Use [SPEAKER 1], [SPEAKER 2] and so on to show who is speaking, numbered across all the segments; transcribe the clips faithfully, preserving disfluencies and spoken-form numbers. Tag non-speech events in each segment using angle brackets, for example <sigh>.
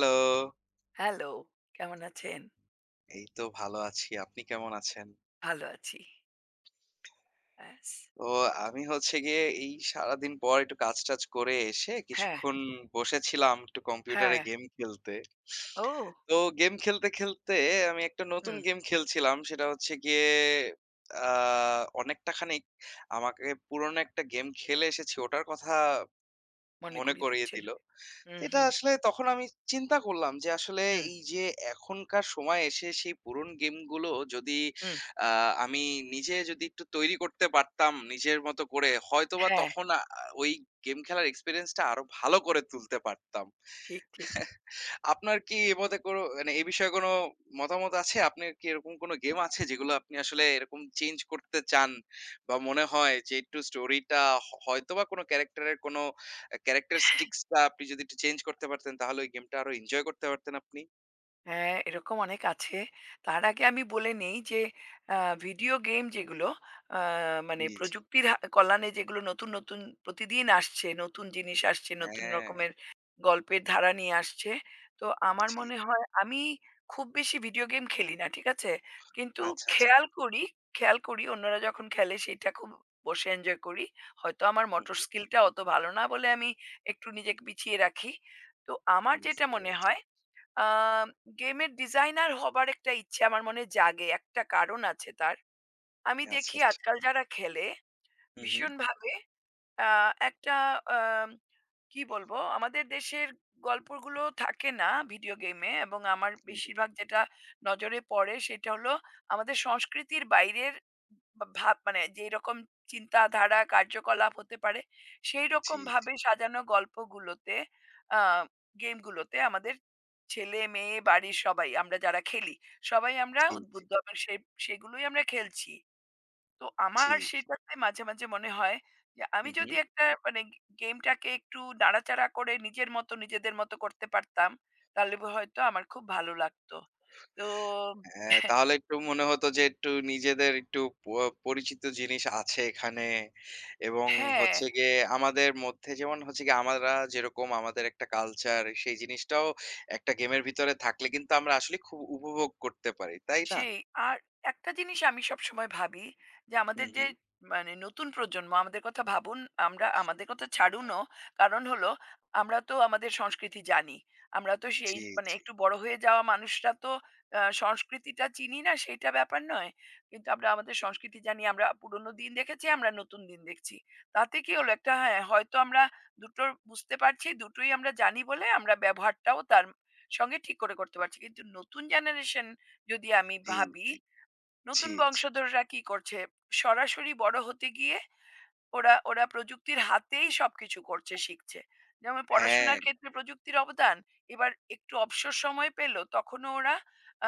[SPEAKER 1] Hello!
[SPEAKER 2] Hello, কেমন আছেন?
[SPEAKER 1] এই তো ভালো আছি। আপনি কেমন আছেন?
[SPEAKER 2] ভালো আছি। ব্যাস।
[SPEAKER 1] তো আমি হচ্ছে গিয়ে এই সারাদিন পর একটু কাজ-টাজ করে এসে
[SPEAKER 2] হ্যাঁ,
[SPEAKER 1] কিছুক্ষণ বসেছিলাম একটু কম্পিউটারে
[SPEAKER 2] হ্যাঁ।
[SPEAKER 1] গেম খেলতে।
[SPEAKER 2] ও!
[SPEAKER 1] তো গেম খেলতে, খেলতে আমি একটা নতুন
[SPEAKER 2] হুম,
[SPEAKER 1] গেম খেলছিলাম। সেটা হচ্ছে গিয়ে আ অনেকটা খানিক আমাকে পুরনো একটা গেম খেলে এসেছি ওটার কথা
[SPEAKER 2] মনে
[SPEAKER 1] মনে
[SPEAKER 2] করিয়ে
[SPEAKER 1] করিয়ে
[SPEAKER 2] দিচ্ছিল।
[SPEAKER 1] দিল। তো
[SPEAKER 2] হুম,
[SPEAKER 1] এটা
[SPEAKER 2] হুম,
[SPEAKER 1] আসলে তখন আমি চিন্তা করলাম যে আসলে
[SPEAKER 2] হুম,
[SPEAKER 1] এই যে এখনকার সময় এসে সেই পুরনো গেমগুলো যদি
[SPEAKER 2] হুম।
[SPEAKER 1] আহ, আমি নিজে যদি একটু তৈরি করতে পারতাম নিজের মতো করে হয়তোবা
[SPEAKER 2] হ্যাঁ,
[SPEAKER 1] তখন আ- ওই গেম খেলার এক্সপিরিয়েন্সটা আরো ভালো করে তুলতে পারতাম।
[SPEAKER 2] ঠিক, ঠিক।
[SPEAKER 1] আপনার কি এ মতে কোনো মানে এ বিষয়ে কোনো মতামত আছে? আপনার কি এরকম কোনো গেম আছে যেগুলো আপনি আসলে এরকম চেঞ্জ করতে চান? বা মনে হয় যে একটু স্টোরিটা হ হয়তোবা কোনো ক্যারাক্টারের কোনো আ characteristics টা আপনি যদি একটু চেঞ্জ করতে পারতেন তাহলে ওই গেমটা আরো এনজয় করতে পারতেন আপনি?
[SPEAKER 2] হ্যাঁ, এরকম অনেক আছে। তার আগে আমি বলে নেই যে আ ভিডিও গেম যেগুলো আ মানে
[SPEAKER 1] জি, জি।
[SPEAKER 2] প্রযুক্তির হা কল্যাণে যেগুলো নতুন, নতুন প্রতিদিন আসছে, নতুন জিনিস আসছে, নতুন
[SPEAKER 1] হ্যাঁ,
[SPEAKER 2] রকমের গল্পের ধারা নিয়ে আসছে। তো আমার
[SPEAKER 1] জি।
[SPEAKER 2] মনে হয় আমি খুব বেশি ভিডিও গেম খেলি না, ঠিক আছে? কিন্তু
[SPEAKER 1] আচ্ছা, আচ্ছা।
[SPEAKER 2] খেয়াল করি, খেয়াল করি অন্যরা যখন খেলে সেটা খুব বসে এনজয় করি। হয়তো আমার
[SPEAKER 1] হুম,
[SPEAKER 2] মোটর
[SPEAKER 1] হুম।
[SPEAKER 2] স্কিলটা অত ভালো না বলে আমি একটু নিজেকে পিছিয়ে রাখি। তো আমার যেটা
[SPEAKER 1] বুঝতে
[SPEAKER 2] মনে
[SPEAKER 1] পেরেছি।
[SPEAKER 2] হয় আম গেমের ডিজাইনার হবার একটা ইচ্ছে আমার মনে জাগে। একটা কারণ আছে তার। আমি
[SPEAKER 1] আচ্ছা,
[SPEAKER 2] দেখি
[SPEAKER 1] আচ্ছা।
[SPEAKER 2] আজকাল যারা খেলে,
[SPEAKER 1] হুম, হুম।
[SPEAKER 2] ভীষণভাবে আ একটা আম কি বলবো? আমাদের দেশের গল্পগুলো থাকে না ভিডিও গেমে এবং আমার
[SPEAKER 1] হুম। হুম।
[SPEAKER 2] বেশিরভাগ যেটা নজরে পড়ে সেটা হলো আমাদের সংস্কৃতির বাইরের বা ভাব মানে যেইরকম চিন্তাধারা, কার্যকলাপ হতে পারে
[SPEAKER 1] জি, জি,
[SPEAKER 2] সেইরকমভাবে সাজানো গল্পগুলোতে আ গেমগুলোতে আমাদের ছেলে-মেয়ে, বাড়ির সবাই আমরা যারা খেলি সবাই আমরা
[SPEAKER 1] জি, জি,
[SPEAKER 2] উদ্বুদ্ধ এবং সে সেগুলোই আমরা খেলছি। তো
[SPEAKER 1] জি,
[SPEAKER 2] আমার
[SPEAKER 1] জি।
[SPEAKER 2] সেটাতে মাঝে, মাঝে মনে হয় যে আমি
[SPEAKER 1] হুম, হুম।
[SPEAKER 2] যদি একটা মানে গে গেমটাকে একটু নাড়াচাড়া করে নিজের মতো নিজেদের মতো করতে পারতাম, তাহলে হয়তো আমার খুব ভালো লাগতো। তো
[SPEAKER 1] হ্যাঁ,
[SPEAKER 2] <laughs>
[SPEAKER 1] তাহলে একটু মনে হতো যে একটু নিজেদের একটু প পরিচিত জিনিস আছে এখানে এবং
[SPEAKER 2] হ্যাঁ।
[SPEAKER 1] হচ্ছে গিয়ে আমাদের মধ্যে যেমন হচ্ছে গিয়ে আমরা যেরকম আমাদের একটা কালচার সেই জিনিসটাও একটা গেমের ভিতরে থাকলে কিন্তু আমরা আসলে খুব উপভোগ করতে পারি। তাই না?
[SPEAKER 2] সেই। আর একটা জিনিস আমি সবসময় ভাবি যে,
[SPEAKER 1] হুম,
[SPEAKER 2] আমাদের যে
[SPEAKER 1] হুম।
[SPEAKER 2] মানে নতুন প্রজন্ম আমাদের কথা ভাবুন, আমরা আমাদের কথা ছাড়ুনও। কারণ হলো আমরা তো আমাদের সংস্কৃতি জানি। আমরা তো সেই
[SPEAKER 1] জি,
[SPEAKER 2] মানে
[SPEAKER 1] জি,
[SPEAKER 2] একটু বড় হয়ে যাওয়া মানুষরা তো আ সংস্কৃতিটা চিনি না সেইটা ব্যাপার নয়। কিন্তু আমরা আমাদের সংস্কৃতি জানি। আমরা পুরনো দিন দেখেছি, আমরা নতুন দিন দেখছি। তাতে কি হলো একটা হ্যাঁ, হয়তো আমরা দুটোর বুঝতে পারছি, দুটোই আমরা জানি বলে আমরা ব্যবহারটাও তার সঙ্গে ঠিক করে করতে পারছি। কিন্তু নতুন জেনারেশন যদি আমি
[SPEAKER 1] জি,
[SPEAKER 2] ভাবি
[SPEAKER 1] জি, জি,
[SPEAKER 2] নতুন
[SPEAKER 1] জি।
[SPEAKER 2] বংশধররা কি করছে সরাসরি বড় হতে গিয়ে ওরা ওরা প্রযুক্তির হাতেই সবকিছু করছে শিখছে যেমন
[SPEAKER 1] হ্যাঁ,
[SPEAKER 2] পড়াশোনার ক্ষেত্রে প্রযুক্তির অবদান এবার একটু অবসর সময় পেল তখনও ওরা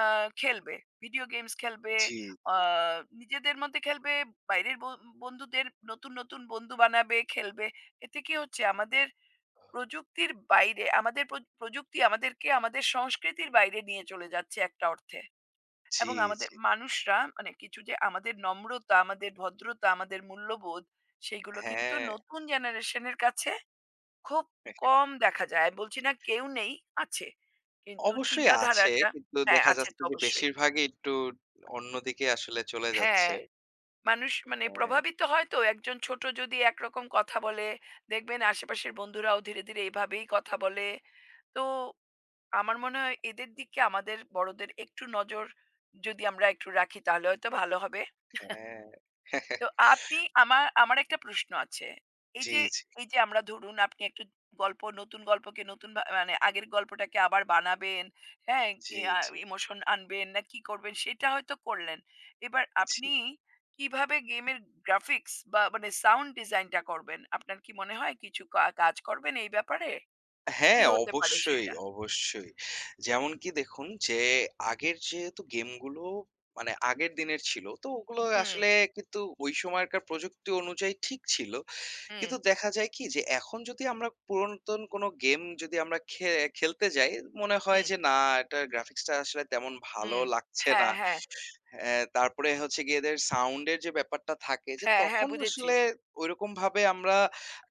[SPEAKER 2] আহ, খেলবে ভিডিও গেমস খেলবে
[SPEAKER 1] জি,
[SPEAKER 2] আহ, নিজেদের মধ্যে খেলবে বাইরের ব- বন্ধুদের নতুন নতুন বন্ধু বানাবে খেলবে এতে কি হচ্ছে আমাদের প্রযুক্তির বাইরে আমাদের প্র- প্রযুক্তি আমাদেরকে আমাদের সংস্কৃতির বাইরে নিয়ে চলে যাচ্ছে একটা অর্থে
[SPEAKER 1] জি,
[SPEAKER 2] এবং আমাদের
[SPEAKER 1] জি।
[SPEAKER 2] মানুষরা মানে কিছু যে আমাদের নম্রতা, আমাদের ভদ্রতা, আমাদের মূল্যবোধ সেইগুলো কিন্তু
[SPEAKER 1] হ্যাঁ,
[SPEAKER 2] নতুন জেনারেশনের কাছে খুব কম দেখা যায়। বলছি না কেউ নেই, আছে। কিন্তু
[SPEAKER 1] অবশ্যই আছে।
[SPEAKER 2] চিন্তাধারাটা
[SPEAKER 1] কিন্তু
[SPEAKER 2] হ্যাঁ,
[SPEAKER 1] দেখা
[SPEAKER 2] আছে
[SPEAKER 1] যাচ্ছে
[SPEAKER 2] তো
[SPEAKER 1] যে
[SPEAKER 2] অবশ্যই।
[SPEAKER 1] বেশিরভাগই একটু অন্যদিকে আসলে চলে
[SPEAKER 2] হ্যাঁ,
[SPEAKER 1] যাচ্ছে।
[SPEAKER 2] মানুষ মানে
[SPEAKER 1] হ্যাঁ,
[SPEAKER 2] প্রভাবিত হয় তো একজন ছোট যদি একরকম কথা বলে, দেখবেন আশেপাশের বন্ধুরাও ধীরে, ধীরে এভাবেই কথা বলে। তো আমার মনে হয় এদের দিকে আমাদের বড়দের একটু নজর যদি আমরা একটু রাখি তাহলে হয়তো ভালো হবে।
[SPEAKER 1] হ্যাঁ।
[SPEAKER 2] তো আপনি আমার আমার একটা প্রশ্ন আছে। এই
[SPEAKER 1] জি,
[SPEAKER 2] যে
[SPEAKER 1] জি,
[SPEAKER 2] এই যে আমরা ধরুন আপনি একটু গল্প নতুন গল্পকে নতুন ভা মানে আগের গল্পটাকে আবার বানাবেন, হ্যাঁ? কি
[SPEAKER 1] জি,
[SPEAKER 2] আ
[SPEAKER 1] জি,
[SPEAKER 2] ইমোশন আনবেন না কি করবেন সেটা হয়তো করলেন। এবার
[SPEAKER 1] জি।
[SPEAKER 2] আপনি কিভাবে গেমের গ্রাফিক্স বা মানে সাউন্ড ডিজাইনটা করবেন? আপনার কি মনে হয় কিছু কা কাজ করবেন এই ব্যাপারে? কি
[SPEAKER 1] হ্যাঁ,
[SPEAKER 2] হতে পারে
[SPEAKER 1] অবশ্যই,
[SPEAKER 2] সেটা?
[SPEAKER 1] অবশ্যই। যেমন কি দেখুন যে আগের যেহেতু গেমগুলো মানে আগের দিনের ছিল, তো ওগুলো
[SPEAKER 2] হুম,
[SPEAKER 1] আসলে কিন্তু ওই সময়কার প্রযুক্তি অনুযায়ী ঠিক ছিল।
[SPEAKER 2] হুম,
[SPEAKER 1] কিন্তু দেখা যায় কি যে এখন যদি আমরা পুরাতন কোনো গেম যদি আমরা খে খেলতে যাই, মনে হয়
[SPEAKER 2] হুম,
[SPEAKER 1] যে না এটার গ্রাফিক্সটা আসলে তেমন ভালো
[SPEAKER 2] হুম।
[SPEAKER 1] লাগছে
[SPEAKER 2] হ্যাঁ,
[SPEAKER 1] না।
[SPEAKER 2] হ্যাঁ।
[SPEAKER 1] হ্যাঁ, তারপরে হচ্ছে গিয়ে এদের সাউন্ড এর যে ব্যাপারটা থাকে যে
[SPEAKER 2] হ্যাঁ, হ্যাঁ
[SPEAKER 1] তখন
[SPEAKER 2] বুঝেছি।
[SPEAKER 1] আসলে ঐরকমভাবে আমরা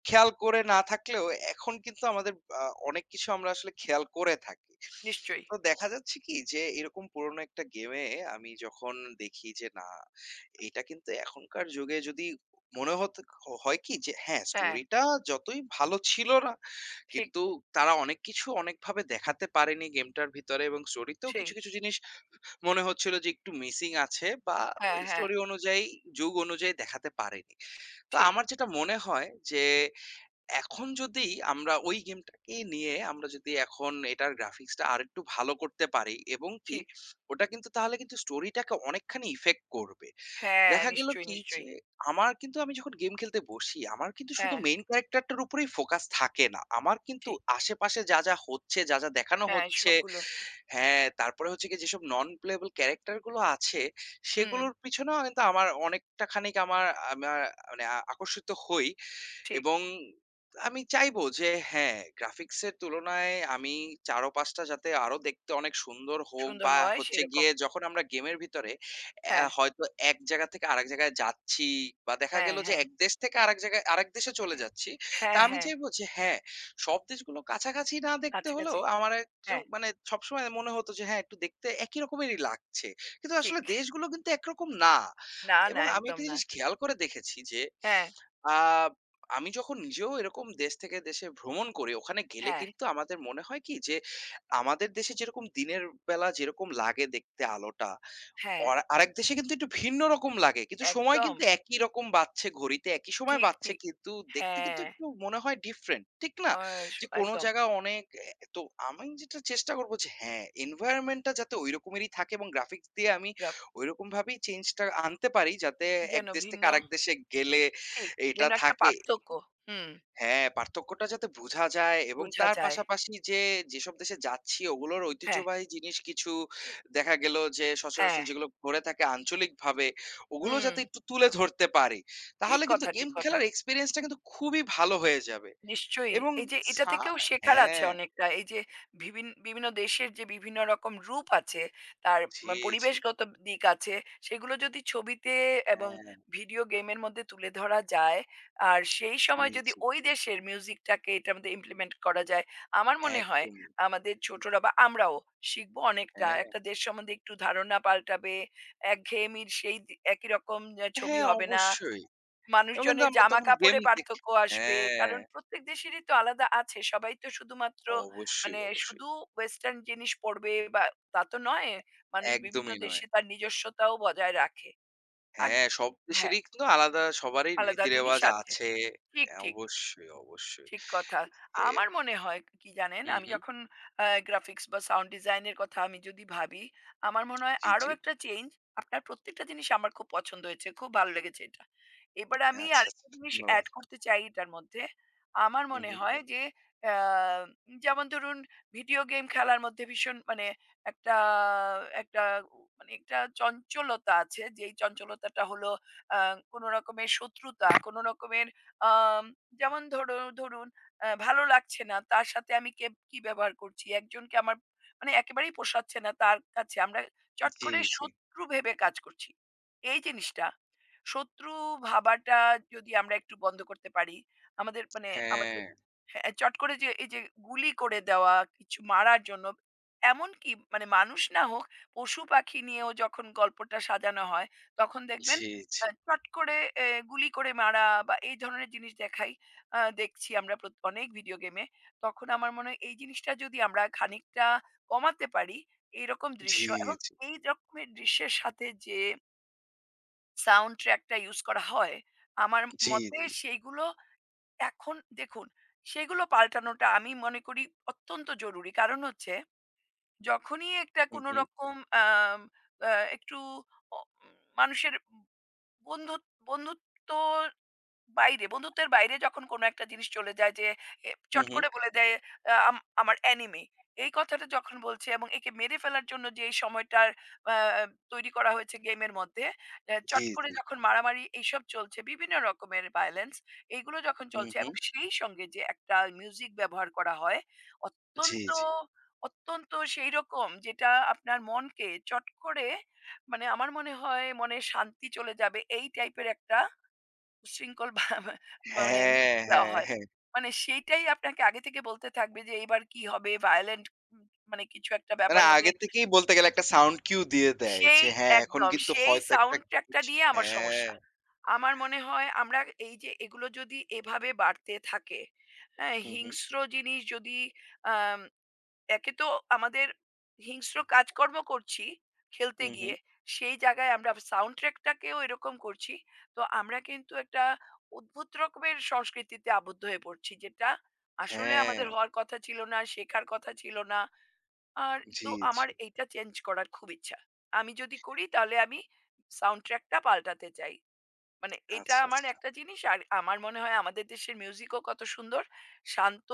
[SPEAKER 1] খেয়াল করে না থাকলেও এখন কিন্তু আমাদের আ অনেক কিছু আমরা আসলে খেয়াল করে থাকি।
[SPEAKER 2] নিশ্চয়ই।
[SPEAKER 1] তো দেখা যাচ্ছে কি যে এরকম পুরনো একটা গেমে আমি যখন দেখি যে না এটা কিন্তু এখনকার যুগে যদি মনে হতে হয় কি যে হ্যাঁ,
[SPEAKER 2] হ্যাঁ,
[SPEAKER 1] স্টোরিটা যতই ভালো ছিল না
[SPEAKER 2] ঠিক,
[SPEAKER 1] কিন্তু
[SPEAKER 2] ঠিক।
[SPEAKER 1] তারা অনেক কিছু অনেকভাবে দেখাতে পারেনি গেমটার ভিতরে এবং স্টোরিতেও
[SPEAKER 2] সেই।
[SPEAKER 1] কিছু, কিছু জিনিস মনে হচ্ছিল যে একটু মিসিং আছে বা
[SPEAKER 2] হ্যাঁ,
[SPEAKER 1] ওই
[SPEAKER 2] হ্যাঁ।
[SPEAKER 1] স্টোরি অনুযায়ী যুগ অনুযায়ী দেখাতে পারেনি। তো
[SPEAKER 2] ঠিক।
[SPEAKER 1] আমার যেটা মনে হয় যে এখন যদি আমরা ওই গেমটাকে নিয়ে আমরা যদি এখন এটার গ্রাফিক্সটা আরেকটু ভালো করতে পারি এবং কি
[SPEAKER 2] ঠিক।
[SPEAKER 1] ওটা কিন্তু তাহলে কিন্তু স্টোরিটাকে অনেকখানি ইফেক্ট করবে।
[SPEAKER 2] হ্যাঁ,
[SPEAKER 1] দেখা গেল
[SPEAKER 2] নিশ্চয়ই,
[SPEAKER 1] কি যে
[SPEAKER 2] নিশ্চয়ই।
[SPEAKER 1] আমার কিন্তু আমি যখন গেম খেলতে বসি আমার কিন্তু শুধু
[SPEAKER 2] হ্যাঁ,
[SPEAKER 1] মেইন ক্যারেক্টারটার উপরেই ফোকাস থাকে না। আমার কিন্তু
[SPEAKER 2] ঠিক।
[SPEAKER 1] আশেপাশে যা, যা হচ্ছে, যা, যা দেখানো
[SPEAKER 2] হ্যাঁ,
[SPEAKER 1] হচ্ছে।
[SPEAKER 2] সবগুলোর।
[SPEAKER 1] হ্যাঁ, তারপরে হচ্ছে গিয়ে যেসব নন প্লেয়েবল ক্যারাক্টার গুলো আছে,
[SPEAKER 2] হুম,
[SPEAKER 1] সেগুলোর পিছনেও কিন্তু আমার অনেকটা খানিক আমার আমার মানে আ আকর্ষিত হই।
[SPEAKER 2] ঠিক।
[SPEAKER 1] এবং আমি চাইবো যে হ্যাঁ, গ্রাফিক্সের তুলনায় আমি চার পাঁচ টা যাতে আরো দেখতে অনেক সুন্দর হোক
[SPEAKER 2] সুন্দর
[SPEAKER 1] বা
[SPEAKER 2] হয়
[SPEAKER 1] হচ্ছে
[SPEAKER 2] সেরকম।
[SPEAKER 1] গিয়ে যখন আমরা গেমের ভিতরে অ্যা
[SPEAKER 2] হ্যাঁ,
[SPEAKER 1] হয়তো এক জায়গা থেকে আরেক জায়গায় যাচ্ছি বা দেখা
[SPEAKER 2] হ্যাঁ,
[SPEAKER 1] গেল যে
[SPEAKER 2] হ্যাঁ।
[SPEAKER 1] এক দেশ থেকে আরেক জায়গায় আরেক দেশে চলে যাচ্ছি। তা
[SPEAKER 2] হ্যাঁ,
[SPEAKER 1] আমি
[SPEAKER 2] হ্যাঁ।
[SPEAKER 1] চাইবো যে হ্যাঁ, সব দেশগুলো কাছাকাছি না দেখতে হলেও
[SPEAKER 2] কাছাকাছি।
[SPEAKER 1] আমার একটু
[SPEAKER 2] হ্যাঁ,
[SPEAKER 1] মানে সবসময় মনে হতো যে হ্যাঁ, একটু দেখতে একই রকমেরই লাগছে। কিন্তু আসলে
[SPEAKER 2] ঠিক।
[SPEAKER 1] দেশগুলো কিন্তু একরকম না।
[SPEAKER 2] না, না,
[SPEAKER 1] এবং আমি
[SPEAKER 2] একদম
[SPEAKER 1] একটা
[SPEAKER 2] না।
[SPEAKER 1] জিনিস খেয়াল করে দেখেছি যে
[SPEAKER 2] হ্যাঁ,
[SPEAKER 1] আ আমি যখন নিজেও এরকম দেশ থেকে দেশে ভ্রমণ করি, ওখানে গেলে
[SPEAKER 2] হ্যাঁ,
[SPEAKER 1] কিন্তু আমাদের মনে হয় কি যে, আমাদের দেশে যেরকম দিনের বেলা যেরকম লাগে দেখতে আলোটা,
[SPEAKER 2] হ্যাঁ।
[SPEAKER 1] অর আরেক দেশে কিন্তু একটু ভিন্ন রকম লাগে। কিন্তু সময়
[SPEAKER 2] একদম।
[SPEAKER 1] কিন্তু একই রকম বাজছে ঘড়িতে একই সময়
[SPEAKER 2] ঠিক,
[SPEAKER 1] বাজছে
[SPEAKER 2] ঠিক।
[SPEAKER 1] কিন্তু দেখতে কিন্তু
[SPEAKER 2] হ্যাঁ,
[SPEAKER 1] একটু মনে হয় ডিফারেন্ট। ঠিক না?
[SPEAKER 2] অস
[SPEAKER 1] যে কোন
[SPEAKER 2] একদম।
[SPEAKER 1] জায়গা অনেক এ তো আমি যেটা চেষ্টা করব যে হ্যাঁ, এনভায়রনমেন্ট টা যাতে ঐরকমেরই থাকে এবং গ্রাফিক্স দিয়ে আমি
[SPEAKER 2] রব
[SPEAKER 1] ঐরকমভাবেই চেঞ্জ টা আনতে পারি যাতে এক
[SPEAKER 2] যেন
[SPEAKER 1] দেশ থেকে
[SPEAKER 2] ভিন্ন
[SPEAKER 1] আরেক দেশে গেলে
[SPEAKER 2] ঠিক।
[SPEAKER 1] এটা
[SPEAKER 2] যেন একটা
[SPEAKER 1] থাকে।
[SPEAKER 2] পার্থক্য। হুম,
[SPEAKER 1] হ্যাঁ, পার্থক্যটা যাতে বুঝা যায় এবং
[SPEAKER 2] বোঝা
[SPEAKER 1] তার
[SPEAKER 2] যায়।
[SPEAKER 1] পাশাপাশি যে যেসব দেশে যাচ্ছি ওগুলোর
[SPEAKER 2] হ্যাঁ,
[SPEAKER 1] ঐতিহ্যবাহী জিনিস কিছু দেখা গেল যে সচরাচর
[SPEAKER 2] হ্যাঁ।
[SPEAKER 1] যেগুলো ঘুরে থাকে আঞ্চলিকভাবে ওগুলো
[SPEAKER 2] হুম,
[SPEAKER 1] যাতে একটু তুলে ধরতে পারি।
[SPEAKER 2] ঠিক
[SPEAKER 1] তাহলে কিন্তু
[SPEAKER 2] কথা,
[SPEAKER 1] গেম
[SPEAKER 2] ঠিক কথা।
[SPEAKER 1] খেলার এক্সপেরিয়েন্সটা কিন্তু খুবই ভালো হয়ে যাবে
[SPEAKER 2] নিশ্চয়ই।
[SPEAKER 1] এবং
[SPEAKER 2] এই যে এটা
[SPEAKER 1] সা
[SPEAKER 2] থেকেও শেখার আছে
[SPEAKER 1] হ্যাঁ,
[SPEAKER 2] অনেকটা। এই যে বিভিন বিভিন্ন দেশের যে বিভিন্ন রকম রূপ আছে, তার
[SPEAKER 1] জি,
[SPEAKER 2] মা
[SPEAKER 1] জি।
[SPEAKER 2] পরিবেশগত দিক আছে, সেগুলো যদি ছবিতে এবং
[SPEAKER 1] হ্যাঁ,
[SPEAKER 2] ভিডিও গেমের মধ্যে তুলে ধরা যায়, আর সেই
[SPEAKER 1] জি,
[SPEAKER 2] সময় যদি
[SPEAKER 1] জি।
[SPEAKER 2] ওই দেশের মিউজিকটাকে এটার মধ্যে ইমপ্লিমেন্ট করা যায়, আমার মনে হয়
[SPEAKER 1] একদমই।
[SPEAKER 2] আমাদের ছোটরা বা আমরাও শিখবো অনেকটা।
[SPEAKER 1] হ্যাঁ,
[SPEAKER 2] একটা দেশ সম্বন্ধে একটু ধারণা পাল্টাবে, একঘেয়েমির সেই দি একই রকম আ ছবি
[SPEAKER 1] হ্যাঁ,
[SPEAKER 2] হবে না।
[SPEAKER 1] অবশ্যই। এবং কিন্তু
[SPEAKER 2] মানুষজনের
[SPEAKER 1] আমরা তখন গেম
[SPEAKER 2] জামাকাপড়ে
[SPEAKER 1] দেখি
[SPEAKER 2] পার্থক্য আসবে।
[SPEAKER 1] হ্যাঁ,
[SPEAKER 2] কারণ প্রত্যেক দেশেরই তো আলাদা আছে। সবাই তো শুধুমাত্র
[SPEAKER 1] অবশ্যই,
[SPEAKER 2] মানে
[SPEAKER 1] অবশ্যই।
[SPEAKER 2] শুধু ওয়েসটার্ন জিনিস পড়বে বা তা তো নয়। মানুষ বিভিন্ন
[SPEAKER 1] একদমই নয়।
[SPEAKER 2] দেশে তার নিজস্বতাও বজায় রাখে। আর
[SPEAKER 1] হ্যাঁ, সব
[SPEAKER 2] হ্যাঁ,
[SPEAKER 1] দেশেরই কিন্তু আলাদা সবারই
[SPEAKER 2] আলাদা জিনিস
[SPEAKER 1] রীতিরেওয়াজ
[SPEAKER 2] আছে।
[SPEAKER 1] আছে।
[SPEAKER 2] ঠিক,
[SPEAKER 1] অ্যা
[SPEAKER 2] ঠিক।
[SPEAKER 1] অবশ্যই, অবশ্যই।
[SPEAKER 2] ঠিক কথা।
[SPEAKER 1] এ
[SPEAKER 2] আমার মনে হয় কি জানেন?
[SPEAKER 1] হুম,
[SPEAKER 2] আমি
[SPEAKER 1] হুম।
[SPEAKER 2] যখন আ গ্রাফিক্স বা সাউন্ড ডিজাইন এর কথা আমি যদি ভাবি, আমার মনে হয়
[SPEAKER 1] জি,
[SPEAKER 2] আরো
[SPEAKER 1] জি।
[SPEAKER 2] একটা চেঞ্জ আপনার প্রত্যেকটা জিনিস আমার খুব পছন্দ হয়েছে। খুব ভালো লেগেছে এটা। এবার আমি
[SPEAKER 1] আচ্ছা, আচ্ছা।
[SPEAKER 2] আরেকটা জিনিস
[SPEAKER 1] ধন্যবাদ।
[SPEAKER 2] এড করতে চাই এটার মধ্যে। আমার
[SPEAKER 1] হুম,
[SPEAKER 2] মনে
[SPEAKER 1] হুম।
[SPEAKER 2] হয় যে আ যেমন ধরুন ভিডিও গেম খেলার মধ্যে ভীষণ মানে একটা একটা মানে একটা চঞ্চলতা আছে। যেই চঞ্চলতাটা হলো আ কোন রকমের শত্রুতা, কোন রকমের আম যেমন ধরু ধরুন আ ভালো লাগছে না। তার সাথে আমি কে কি ব্যবহার করছি? একজনকে আমার মানে একেবারেই পোষাচ্ছে না তার কাছে আমরা চট
[SPEAKER 1] জি,
[SPEAKER 2] করে
[SPEAKER 1] জি।
[SPEAKER 2] শত্রু ভেবে কাজ করছি। এই জিনিসটা শত্রু ভাবাটা যদি আমরা একটু বন্ধ করতে পারি, আমাদের মানে
[SPEAKER 1] হ্যাঁ।
[SPEAKER 2] আমাদের হ্যাঁ, চট করে যে এই যে গুলি করে দেওয়া কিছু মারার জন্য এমনকি মানে মানুষ না হোক পশু-পাখি নিয়েও যখন গল্পটা সাজানো হয় তখন দেখবেন
[SPEAKER 1] জি, জি।
[SPEAKER 2] আ চট করে এ গুলি করে মারা বা এই ধরনের জিনিস দেখাই আ দেখছি আমরা প্রত অনেক ভিডিও গেমে। তখন আমার মনে হয় এই জিনিসটা যদি আমরা খানিকটা কমাতে পারি, এইরকম দৃশ্য
[SPEAKER 1] জি,
[SPEAKER 2] এবং
[SPEAKER 1] জি।
[SPEAKER 2] এই রকমের দৃশ্যের সাথে যে সাউন্ড ট্র্যাকটা ইউজ করা হয়, আমার
[SPEAKER 1] জি,
[SPEAKER 2] মতে
[SPEAKER 1] জি।
[SPEAKER 2] সেইগুলো এখন দেখুন, সেগুলো পাল্টানোটা আমি মনে করি অত্যন্ত জরুরি। কারণ হচ্ছে যখনই একটা
[SPEAKER 1] হুম,
[SPEAKER 2] কোনো
[SPEAKER 1] হুম।
[SPEAKER 2] রকম আম আ একটু অ উম, মানুষের বন্ধুত বন্ধুত্ব বাইরে, বন্ধুত্বের বাইরে যখন কোনো একটা জিনিস চলে যায় যে এ
[SPEAKER 1] হুম,
[SPEAKER 2] চট
[SPEAKER 1] হুম।
[SPEAKER 2] করে বলে দেয় আ আম আমার এনিমি। এই কথাটা যখন বলছে এবং একে মেরে ফেলার জন্য যে এই সময়টার আ তৈরি করা হয়েছে গেমের মধ্যে, এ
[SPEAKER 1] জি,
[SPEAKER 2] চট করে
[SPEAKER 1] জি।
[SPEAKER 2] যখন মারামারি এইসব চলছে, বিভিন্ন রকমের ভায়োলেন্স এইগুলো যখন
[SPEAKER 1] হুম,
[SPEAKER 2] চলছে
[SPEAKER 1] হুম।
[SPEAKER 2] এবং সেই সঙ্গে যে একটা মিউজিক ব্যবহার করা হয়,
[SPEAKER 1] জি,
[SPEAKER 2] অত্যন্ত,
[SPEAKER 1] জি।
[SPEAKER 2] অত্যন্ত সেইরকম যেটা আপনার মনকে চট করে মানে আমার মনে হয় মনে শান্তি চলে যাবে এই টাইপের একটা উচ্ছৃঙ্খল বা <laughs> বা মানে
[SPEAKER 1] হ্যাঁ,
[SPEAKER 2] মিউজিক দেওয়া
[SPEAKER 1] হ্যাঁ,
[SPEAKER 2] হয়।
[SPEAKER 1] হ্যাঁ।
[SPEAKER 2] মানে সেইটাই আপনাকে আগে থেকে বলতে থাকবে যে এইবার কি হবে? violent উম মানে কিছু একটা
[SPEAKER 1] মানে
[SPEAKER 2] ব্যাপার হবে।
[SPEAKER 1] আগে থেকেই বলতে গেলে একটা সাউন্ড কিউ দিয়ে দেয়
[SPEAKER 2] সেই
[SPEAKER 1] যে হ্যাঁ, এখন
[SPEAKER 2] একদম
[SPEAKER 1] কিন্তু
[SPEAKER 2] সেই
[SPEAKER 1] হয়তো একটা
[SPEAKER 2] সাউন্ড ট্র্যাকটা
[SPEAKER 1] কিছু
[SPEAKER 2] নিয়ে আমার
[SPEAKER 1] হ্যাঁ।
[SPEAKER 2] সমস্যা। আমার মনে হয় আমরা এই যে এগুলো যদি এভাবে বাড়তে থাকে, হ্যাঁ?
[SPEAKER 1] হুম, হুম।
[SPEAKER 2] হিংস্র জিনিস যদি আম একে তো আমাদের হিংস্র কাজকর্ম করছি খেলতে
[SPEAKER 1] হুম,
[SPEAKER 2] গিয়ে,
[SPEAKER 1] হুম।
[SPEAKER 2] সেই জায়গায় আমরা সাউন্ড ট্র্যাকটাকেও এরকম করছি। তো আমরা কিন্তু একটা অদ্ভুত রকমের সংস্কৃতিতে আবদ্ধ হয়ে পড়ছি, যেটা আসলে
[SPEAKER 1] হ্যাঁ।
[SPEAKER 2] আমাদের হওয়ার কথা ছিল না, শেখার কথা ছিল না। আর
[SPEAKER 1] জি,
[SPEAKER 2] তো আমার
[SPEAKER 1] জি।
[SPEAKER 2] এইটা চেঞ্জ করার খুব ইচ্ছা। আমি যদি করি তাহলে আমি সাউন্ড ট্র্যাকটা পাল্টাতে চাই। মানে এটা
[SPEAKER 1] আচ্ছা,
[SPEAKER 2] আমার
[SPEAKER 1] আচ্ছা।
[SPEAKER 2] একটা জিনিস আর আমার মনে হয় আমাদের দেশের মিউজিকও কত সুন্দর শান্ত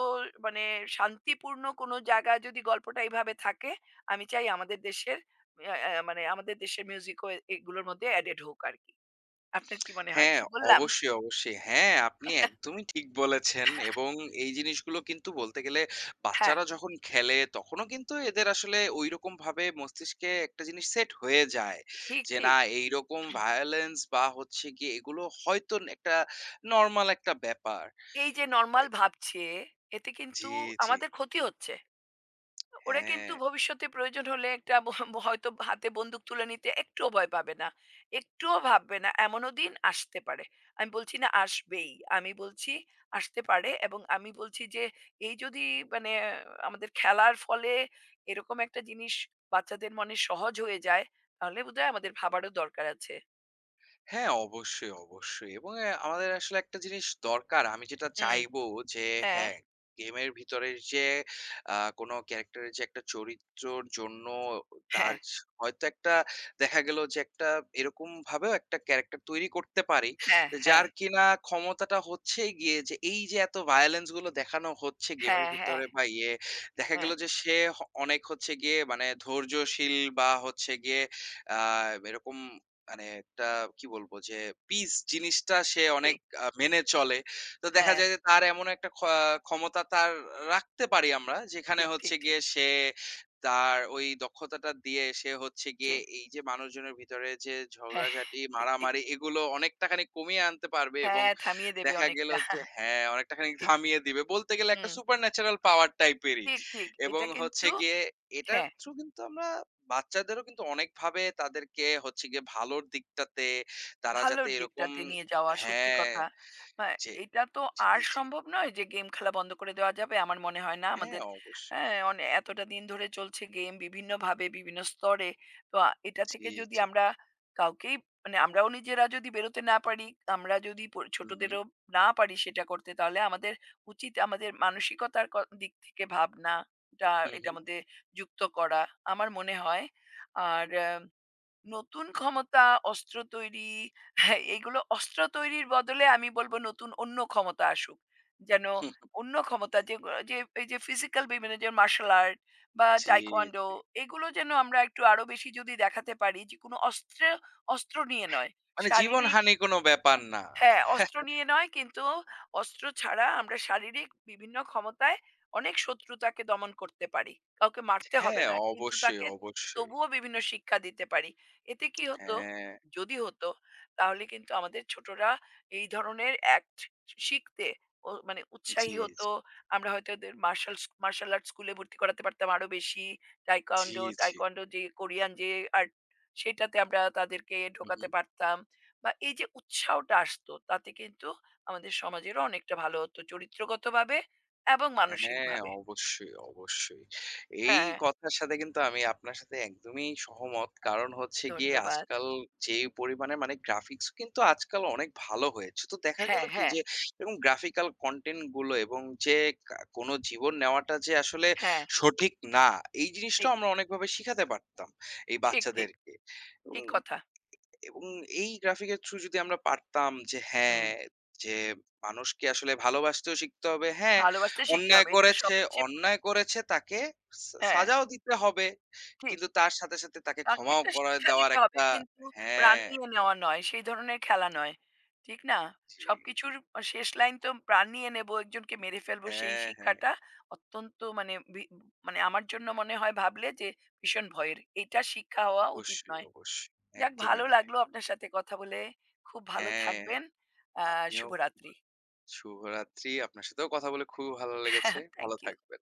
[SPEAKER 2] মানে শান্তিপূর্ণ কোনো জায়গা যদি গল্পটা এইভাবে থাকে আমি চাই আমাদের দেশের আহ, আহ, মানে আমাদের দেশের মিউজিকও এ- এগুলোর মধ্যে অ্যাডেড হোক আর কি আপনার কি মনে হয়
[SPEAKER 1] হ্যাঁ,
[SPEAKER 2] ঠিক বললাম
[SPEAKER 1] অবশ্যই, অবশ্যই। হ্যাঁ, আপনি একদমই ঠিক বলেছেন এবং এই জিনিসগুলো কিন্তু বলতে গেলে
[SPEAKER 2] হ্যাঁ
[SPEAKER 1] বাচ্চারা যখন খেলে তখনও কিন্তু এদের আসলে ঐরকমভাবে মস্তিষ্কে একটা জিনিস সেট হয়ে যায়।
[SPEAKER 2] ঠিক
[SPEAKER 1] যে না
[SPEAKER 2] ঠিক
[SPEAKER 1] এইরকম violence বা হচ্ছে গিয়ে এগুলো হয়তো একটা নরমাল একটা ব্যাপার।
[SPEAKER 2] এই যে নর্মাল ভাবছে এতে
[SPEAKER 1] জি,
[SPEAKER 2] কিন্তু
[SPEAKER 1] জি।
[SPEAKER 2] আমাদের ক্ষতি হচ্ছে ওরা কিন্তু
[SPEAKER 1] হ্যাঁ।
[SPEAKER 2] ভবিষ্যতে প্রয়োজন হলে একটা ব- ব- হয়তো হাতে বন্দুক তুলে নিতে একটুও ভয় পাবে না একটুও ভাববে না এমনও দিন আসতে পারে আমি বলছি না আসবেই আমি বলছি আসতে পারে এবং আমি বলছি যে এই যদি মানে আমাদের খেলার ফলে এরকম একটা জিনিস বাচ্চাদের মনে সহজ হয়ে যায় তাহলে বোধহয় আমাদের ভাবারও দরকার আছে
[SPEAKER 1] হ্যাঁ, অবশ্যই, অবশ্যই। এবং অ্যা আমাদের আসলে একটা জিনিস দরকার। আমি যেটা
[SPEAKER 2] হুম
[SPEAKER 1] চাইবো যে
[SPEAKER 2] হ্যাঁ
[SPEAKER 1] হ্যাঁ, গেমের ভিতরের যে আ কোনো ক্যারেক্টারের যে একটা চরিত্রর জন্য তার
[SPEAKER 2] হ্যাঁ
[SPEAKER 1] স হয়তো একটা দেখা গেল যে একটা এরকম ভাবেও একটা ক্যারেক্টার তৈরি করতে পারি,
[SPEAKER 2] হ্যাঁ হ্যাঁ
[SPEAKER 1] যার কিনা ক্ষমতাটা হচ্ছে গিয়ে যে এই যে এত ভায়োলেন্স গুলো দেখানো হচ্ছে গেমের
[SPEAKER 2] হ্যাঁ হ্যাঁ
[SPEAKER 1] ভিতরে বা ইয়ে, দেখা গেল
[SPEAKER 2] হ্যাঁ
[SPEAKER 1] যে সে হ অনেক হচ্ছে গিয়ে মানে ধৈর্যশীল বা হচ্ছে গিয়ে আ এরকম মানে একটা কি বলবো যে পিস জিনিসটা সে অনেক
[SPEAKER 2] ঠিক
[SPEAKER 1] আ মেনে চলে। তো দেখা
[SPEAKER 2] হ্যাঁ
[SPEAKER 1] যায় যে তার এমন একটা খ ক্ষমতা তার রাখতে পারি আমরা যেখানে
[SPEAKER 2] ঠিক
[SPEAKER 1] হচ্ছে
[SPEAKER 2] ঠিক
[SPEAKER 1] গিয়ে
[SPEAKER 2] ঠিক
[SPEAKER 1] সে তার ওই দক্ষতাটা দিয়ে সে হচ্ছে গিয়ে
[SPEAKER 2] ঠিক
[SPEAKER 1] এই যে মানুষজনের ভিতরে যে
[SPEAKER 2] হ্যাঁ
[SPEAKER 1] ঝগড়াঝাটি,
[SPEAKER 2] ঠিক ঠিক
[SPEAKER 1] মারামারি এগুলো অনেকটাখানি কমিয়ে আনতে পারবে এবং
[SPEAKER 2] হ্যাঁ থামিয়ে দেবে
[SPEAKER 1] দেখা গেল
[SPEAKER 2] অনেকটা
[SPEAKER 1] যে হ্যাঁ, অনেকটা খানিক
[SPEAKER 2] ঠিক।
[SPEAKER 1] থামিয়ে দিবে। বলতে গেলে একটা
[SPEAKER 2] হুম।
[SPEAKER 1] সুপারন্যাচারাল পাওয়ার টাইপেরই।
[SPEAKER 2] ঠিক, ঠিক।
[SPEAKER 1] এবং
[SPEAKER 2] এটা
[SPEAKER 1] হচ্ছে
[SPEAKER 2] কিন্তু
[SPEAKER 1] গিয়ে এটার
[SPEAKER 2] হ্যাঁ,
[SPEAKER 1] থ্রু কিন্তু আমরা বাচ্চাদেরও কিন্তু অনেকভাবে তাদেরকে হচ্ছে গিয়ে ভালোর দিকটাতে তারা যাতে
[SPEAKER 2] ভালোর
[SPEAKER 1] এরকম
[SPEAKER 2] দিকটাতে নিয়ে যাওয়া সত্যি
[SPEAKER 1] হ্যাঁ,
[SPEAKER 2] কথা। আ
[SPEAKER 1] জি,
[SPEAKER 2] এটা তো
[SPEAKER 1] জি,
[SPEAKER 2] আর
[SPEAKER 1] জি।
[SPEAKER 2] সম্ভব নয় যে গেম খেলা বন্ধ করে দেওয়া যাবে। আমার মনে হয় না
[SPEAKER 1] হ্যাঁ,
[SPEAKER 2] আমাদের
[SPEAKER 1] অবশ্যই।
[SPEAKER 2] হ্যাঁ, অনে এতটা দিন ধরে চলছে গেম বিভিন্নভাবে বিভিন্ন স্তরে। তো আ এটা
[SPEAKER 1] জি,
[SPEAKER 2] থেকে যদি
[SPEAKER 1] জি।
[SPEAKER 2] আমরা কাউকেই মানে আমরাও নিজেরা যদি বেরোতে না পারি, আমরা যদি প
[SPEAKER 1] হু, হু,
[SPEAKER 2] ছোটদেরও না পারি সেটা করতে তাহলে আমাদের উচিত আমাদের মানসিকতার ক দিক থেকে ভাবনাটা
[SPEAKER 1] হু, হু।
[SPEAKER 2] এটার মধ্যে যুক্ত করা আমার মনে হয়। আর নতুন ক্ষমতা, অস্ত্র তৈরি, হ্যাঁ, এগুলো অস্ত্র তৈরির বদলে আমি বলব নতুন অন্য ক্ষমতা আসুক। যেন
[SPEAKER 1] <laughs>
[SPEAKER 2] অন্য ক্ষমতা যে যে এই যে ফিজিক্যাল বিভিন্ন যে মার্শাল আর্ট বা
[SPEAKER 1] জি।
[SPEAKER 2] টাইকোয়ান্ডো এগুলো যেন আমরা একটু আরো বেশি যদি দেখাতে পারি যে কোনো অস্ত্র, অস্ত্র নিয়ে নয়।
[SPEAKER 1] মানে
[SPEAKER 2] শারীরিক
[SPEAKER 1] জীবনহানি কোনো ব্যাপার না।
[SPEAKER 2] হ্যাঁ, অস্ত্র নিয়ে নয় কিন্তু অস্ত্র ছাড়া আমরা শারীরিক বিভিন্ন ক্ষমতায় অনেক শত্রুতাকে দমন করতে পারি। কাউকে মারতে হবে
[SPEAKER 1] হ্যাঁ,
[SPEAKER 2] না। কিন্তু
[SPEAKER 1] অবশ্যই,
[SPEAKER 2] তাকে
[SPEAKER 1] অবশ্যই।
[SPEAKER 2] তবুও বিভিন্ন শিক্ষা দিতে পারি। এতে কি হতো?
[SPEAKER 1] হ্যাঁ।
[SPEAKER 2] যদি হতো তাহলে কিন্তু আমাদের ছোটরা এই ধরনের অ্যাক্ট শিখতে ও মানে
[SPEAKER 1] জি,
[SPEAKER 2] উৎসাহী
[SPEAKER 1] জি,
[SPEAKER 2] হতো। আমরা হয়তো ওদের মার্শালস মার্শাল আর্ট স্কুলে ভর্তি করাতে পারতাম আরো বেশি।
[SPEAKER 1] জি,
[SPEAKER 2] টাইকোয়ান্ডো,
[SPEAKER 1] জি।
[SPEAKER 2] টাইকোয়ান্ডো যে কোরিয়ান যে আর্ট সেটাতে আমরা তাদেরকে
[SPEAKER 1] হু, হু।
[SPEAKER 2] ঢোকাতে পারতাম। বা এই যে উৎসাহটা আসতো তাতে কিন্তু আমাদের সমাজেরও অনেকটা ভালো হতো চরিত্রগতভাবে এবং
[SPEAKER 1] হ্যাঁ,
[SPEAKER 2] মানসিকভাবে।
[SPEAKER 1] অবশ্যই, অবশ্যই। এই
[SPEAKER 2] হ্যাঁ,
[SPEAKER 1] কথার সাথে কিন্তু আমি আপনার সাথে একদমই সহমত। কারণ হচ্ছে গিয়ে
[SPEAKER 2] ধন্যবাদ।
[SPEAKER 1] আজকাল যে পরিমাণে মানে গ্রাফিক্স কিন্তু আজকাল অনেক ভালো হয়েছে। তো দেখা গেল
[SPEAKER 2] হ্যাঁ,
[SPEAKER 1] কি
[SPEAKER 2] হ্যাঁ,
[SPEAKER 1] যে এরকম গ্রাফিক্যাল কনটেন্ট গুলো এবং যে কা কোন জীবন নেওয়াটা যে আসলে
[SPEAKER 2] হ্যাঁ,
[SPEAKER 1] সঠিক না, এই
[SPEAKER 2] ঠিক,
[SPEAKER 1] জিনিসটাও আমরা অনেকভাবে শিখাতে পারতাম এই
[SPEAKER 2] ঠিক, ঠিক,
[SPEAKER 1] বাচ্চাদেরকে। এবং
[SPEAKER 2] ঠিক কথা।
[SPEAKER 1] এবং এই গ্রাফিকের থ্রু যদি আমরা পারতাম যে
[SPEAKER 2] হুম,
[SPEAKER 1] হ্যাঁ, যে মানুষকে আসলে ভালোবাসতেও শিখতে হবে। হ্যাঁ,
[SPEAKER 2] ভালোবাসতে শিখতে
[SPEAKER 1] অন্যায়
[SPEAKER 2] হবে। এটা
[SPEAKER 1] করেছে,
[SPEAKER 2] সবচেয়ে
[SPEAKER 1] অন্যায় করেছে তাকে সা
[SPEAKER 2] হ্যাঁ,
[SPEAKER 1] সাজাও দিতে হবে।
[SPEAKER 2] ঠিক।
[SPEAKER 1] কিন্তু তার সাথে, সাথে তাকে
[SPEAKER 2] তাকে
[SPEAKER 1] ক্ষমাও
[SPEAKER 2] একটা
[SPEAKER 1] করে
[SPEAKER 2] শিক্ষা
[SPEAKER 1] দেওয়ার
[SPEAKER 2] দিতে হবে
[SPEAKER 1] একটা
[SPEAKER 2] কিন্তু প্রাণ
[SPEAKER 1] হ্যাঁ,
[SPEAKER 2] নিয়ে নেওয়া নয়, সেই ধরনের খেলা নয়। ঠিক না?
[SPEAKER 1] জি।
[SPEAKER 2] সবকিছুর আ শেষ লাইন তো প্রাণ নিয়ে নেবো, একজনকে মেরে ফেলবো সেই
[SPEAKER 1] হ্যাঁ, হ্যাঁ।
[SPEAKER 2] শিক্ষাটা অত্যন্ত মানে বি মানে আমার জন্য মনে হয় ভাবলে যে ভীষণ ভয়ের। এটা শিক্ষা হওয়া উচিত
[SPEAKER 1] অবশ্যই,
[SPEAKER 2] নয়।
[SPEAKER 1] অবশ্যই।
[SPEAKER 2] যাক
[SPEAKER 1] একদমই
[SPEAKER 2] ভালো
[SPEAKER 1] নয়।
[SPEAKER 2] লাগলো আপনার সাথে কথা বলে। খুব ভালো
[SPEAKER 1] হ্যাঁ,
[SPEAKER 2] থাকবেন। আ
[SPEAKER 1] আপনিও
[SPEAKER 2] শুভরাত্রি।
[SPEAKER 1] শুভরাত্রি। আপনার সাথেও কথা বলে খুবই ভালো লেগেছে।
[SPEAKER 2] <laughs>
[SPEAKER 1] ভালো
[SPEAKER 2] থ্যাংক ইউ।
[SPEAKER 1] থাকবেন।